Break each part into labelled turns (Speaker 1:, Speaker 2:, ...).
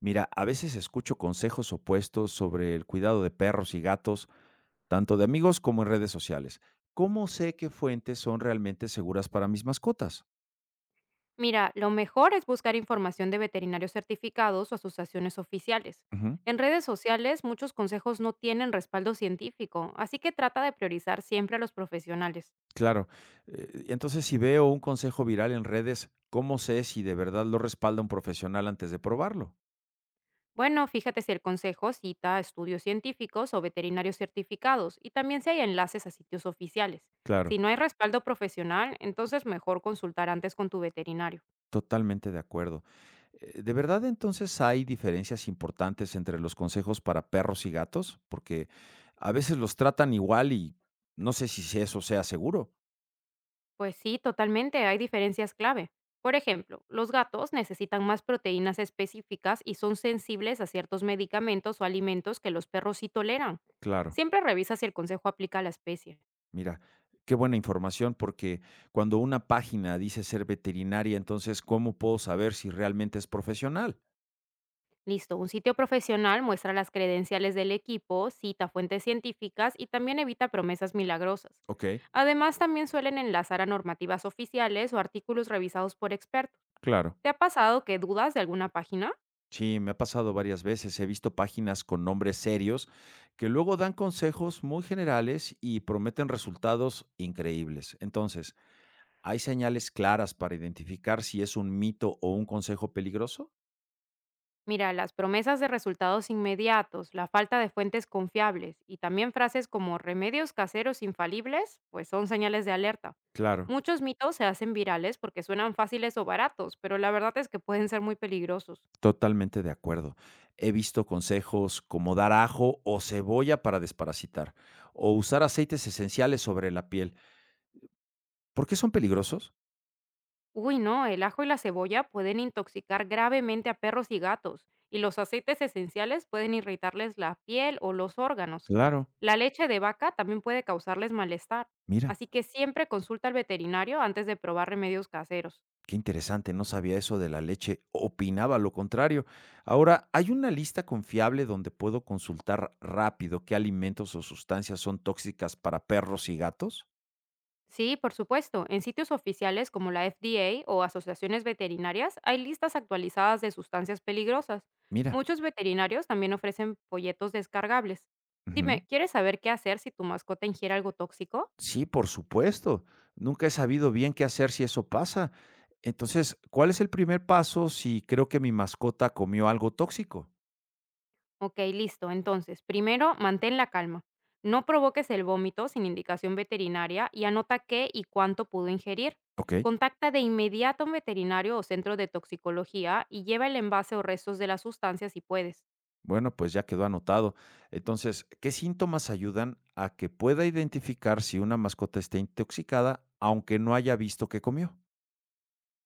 Speaker 1: Mira, a veces escucho consejos opuestos sobre el cuidado de perros y gatos, tanto de amigos como en redes sociales. ¿Cómo sé qué fuentes son realmente seguras para mis mascotas?
Speaker 2: Mira, lo mejor es buscar información de veterinarios certificados o asociaciones oficiales.
Speaker 1: Ujú.
Speaker 2: En redes sociales muchos consejos no tienen respaldo científico, así que trata de priorizar siempre a los profesionales.
Speaker 1: Claro. Entonces, si veo un consejo viral en redes, ¿cómo sé si de verdad lo respalda un profesional antes de probarlo?
Speaker 2: Bueno, fíjate si el consejo cita estudios científicos o veterinarios certificados y también si hay enlaces a sitios oficiales. Si
Speaker 1: Claro,
Speaker 2: no hay respaldo profesional, entonces mejor consultar antes con tu veterinario.
Speaker 1: totalmente de acuerdo. ¿De verdad entonces hay diferencias importantes entre los consejos para perros y gatos? Porque a veces los tratan igual y no sé si eso sea seguro.
Speaker 2: Pues sí, totalmente, hay diferencias clave. Por ejemplo, los gatos necesitan más proteínas específicas y son sensibles a ciertos medicamentos o alimentos que los perros sí toleran.
Speaker 1: Claro,
Speaker 2: Siempre revisa si el consejo aplica a la especie.
Speaker 1: mira, qué buena información porque cuando una página dice ser veterinaria, entonces, ¿cómo puedo saber si realmente es profesional?
Speaker 2: Listo, un sitio profesional muestra las credenciales del equipo, cita fuentes científicas y también evita promesas milagrosas.
Speaker 1: Ok,
Speaker 2: Además, también suelen enlazar a normativas oficiales o artículos revisados por expertos.
Speaker 1: claro.
Speaker 2: ¿Te ha pasado que dudas de alguna página?
Speaker 1: Sí, me ha pasado varias veces. He visto páginas con nombres serios que luego dan consejos muy generales y prometen resultados increíbles. Entonces, ¿hay señales claras para identificar si es un mito o un consejo peligroso?
Speaker 2: Mira, las promesas de resultados inmediatos, la falta de fuentes confiables y también frases como remedios caseros infalibles, pues son señales de alerta.
Speaker 1: Claro.
Speaker 2: Muchos mitos se hacen virales porque suenan fáciles o baratos, pero la verdad es que pueden ser muy peligrosos.
Speaker 1: Totalmente de acuerdo. He visto consejos como dar ajo o cebolla para desparasitar, o usar aceites esenciales sobre la piel. ¿Por qué son peligrosos?
Speaker 2: Uy, no, el ajo y la cebolla pueden intoxicar gravemente a perros y gatos, y los aceites esenciales pueden irritarles la piel o los órganos.
Speaker 1: Claro.
Speaker 2: La leche de vaca también puede causarles malestar,
Speaker 1: Mira,
Speaker 2: así que siempre consulta al veterinario antes de probar remedios caseros.
Speaker 1: qué interesante, no sabía eso de la leche, opinaba lo contrario. Ahora, ¿hay una lista confiable donde puedo consultar rápido qué alimentos o sustancias son tóxicas para perros y gatos?
Speaker 2: Sí, por supuesto. En sitios oficiales como la FDA o asociaciones veterinarias hay listas actualizadas de sustancias peligrosas.
Speaker 1: Mira.
Speaker 2: Muchos veterinarios también ofrecen folletos descargables. Dime, ¿quieres saber qué hacer si tu mascota ingiere algo tóxico?
Speaker 1: Sí, por supuesto. Nunca he sabido bien qué hacer si eso pasa. Entonces, ¿cuál es el primer paso si creo que mi mascota comió algo tóxico?
Speaker 2: Ok, listo. Entonces, primero, mantén la calma. No provoques el vómito sin indicación veterinaria y anota qué y cuánto pudo ingerir.
Speaker 1: Ok,
Speaker 2: Contacta de inmediato a un veterinario o centro de toxicología y lleva el envase o restos de la sustancia si puedes.
Speaker 1: bueno, pues ya quedó anotado. Entonces, ¿qué síntomas ayudan a que pueda identificar si una mascota está intoxicada aunque no haya visto que comió?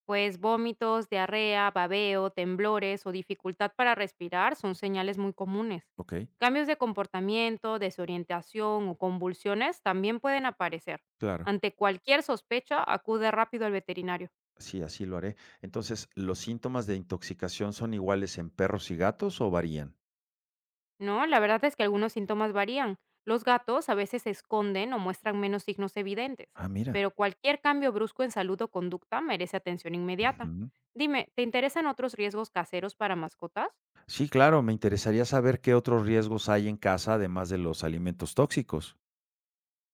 Speaker 2: Pues vómitos, diarrea, babeo, temblores o dificultad para respirar son señales muy comunes.
Speaker 1: Ok,
Speaker 2: Cambios de comportamiento, desorientación o convulsiones también pueden aparecer.
Speaker 1: claro.
Speaker 2: Ante cualquier sospecha, acude rápido al veterinario.
Speaker 1: Sí, así lo haré. Entonces, ¿los síntomas de intoxicación son iguales en perros y gatos o varían?
Speaker 2: No, la verdad es que algunos síntomas varían. Los gatos a veces se esconden o muestran menos signos evidentes,
Speaker 1: Ah, mira.
Speaker 2: pero cualquier cambio brusco en salud o conducta merece atención inmediata.
Speaker 1: Ujú.
Speaker 2: Dime, ¿te interesan otros riesgos caseros para mascotas?
Speaker 1: Sí, claro, me interesaría saber qué otros riesgos hay en casa además de los alimentos tóxicos.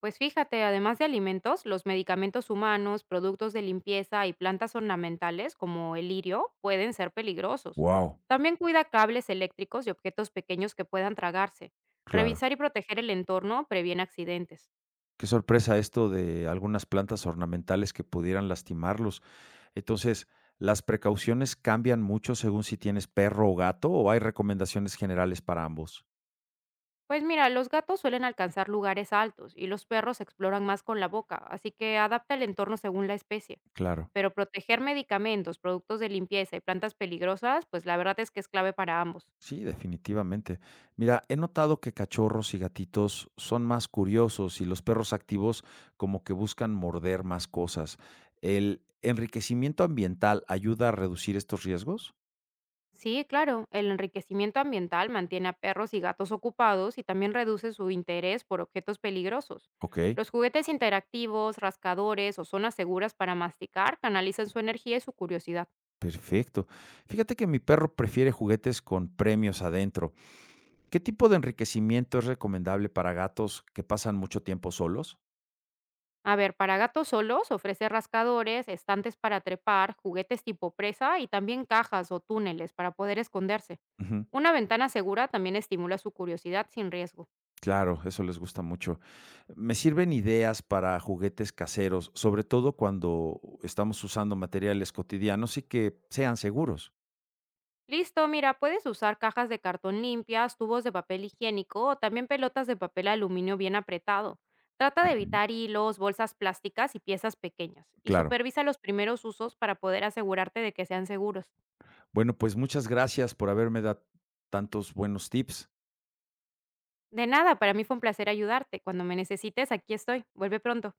Speaker 2: Pues fíjate, además de alimentos, los medicamentos humanos, productos de limpieza y plantas ornamentales como el lirio pueden ser peligrosos.
Speaker 1: Wow,
Speaker 2: También cuida cables eléctricos y objetos pequeños que puedan tragarse.
Speaker 1: claro.
Speaker 2: Revisar y proteger el entorno previene accidentes.
Speaker 1: Qué sorpresa esto de algunas plantas ornamentales que pudieran lastimarlos. Entonces, ¿las precauciones cambian mucho según si tienes perro o gato o hay recomendaciones generales para ambos?
Speaker 2: Pues mira, los gatos suelen alcanzar lugares altos y los perros exploran más con la boca, así que adapta el entorno según la especie.
Speaker 1: Claro.
Speaker 2: Pero proteger medicamentos, productos de limpieza y plantas peligrosas, pues la verdad es que es clave para ambos.
Speaker 1: Sí, definitivamente. Mira, he notado que cachorros y gatitos son más curiosos y los perros activos como que buscan morder más cosas. ¿El enriquecimiento ambiental ayuda a reducir estos riesgos?
Speaker 2: Sí, claro, el enriquecimiento ambiental mantiene a perros y gatos ocupados y también reduce su interés por objetos peligrosos.
Speaker 1: Ok,
Speaker 2: Los juguetes interactivos, rascadores o zonas seguras para masticar canalizan su energía y su curiosidad.
Speaker 1: perfecto. Fíjate que mi perro prefiere juguetes con premios adentro. ¿Qué tipo de enriquecimiento es recomendable para gatos que pasan mucho tiempo solos?
Speaker 2: A ver, para gatos solos ofrece rascadores, estantes para trepar, juguetes tipo presa y también cajas o túneles para poder esconderse.
Speaker 1: Ujú.
Speaker 2: Una ventana segura también estimula su curiosidad sin riesgo.
Speaker 1: Claro, eso les gusta mucho. Me sirven ideas para juguetes caseros, sobre todo cuando estamos usando materiales cotidianos y que sean seguros.
Speaker 2: Listo, mira, puedes usar cajas de cartón limpias, tubos de papel higiénico o también pelotas de papel aluminio bien apretado. Trata de
Speaker 1: Ujú.
Speaker 2: evitar hilos, bolsas plásticas y piezas pequeñas y
Speaker 1: Claro.
Speaker 2: supervisa los primeros usos para poder asegurarte de que sean seguros.
Speaker 1: Bueno, pues muchas gracias por haberme dado tantos buenos tips.
Speaker 2: De nada, para mí fue un placer ayudarte. Cuando me necesites, aquí estoy. Vuelve pronto.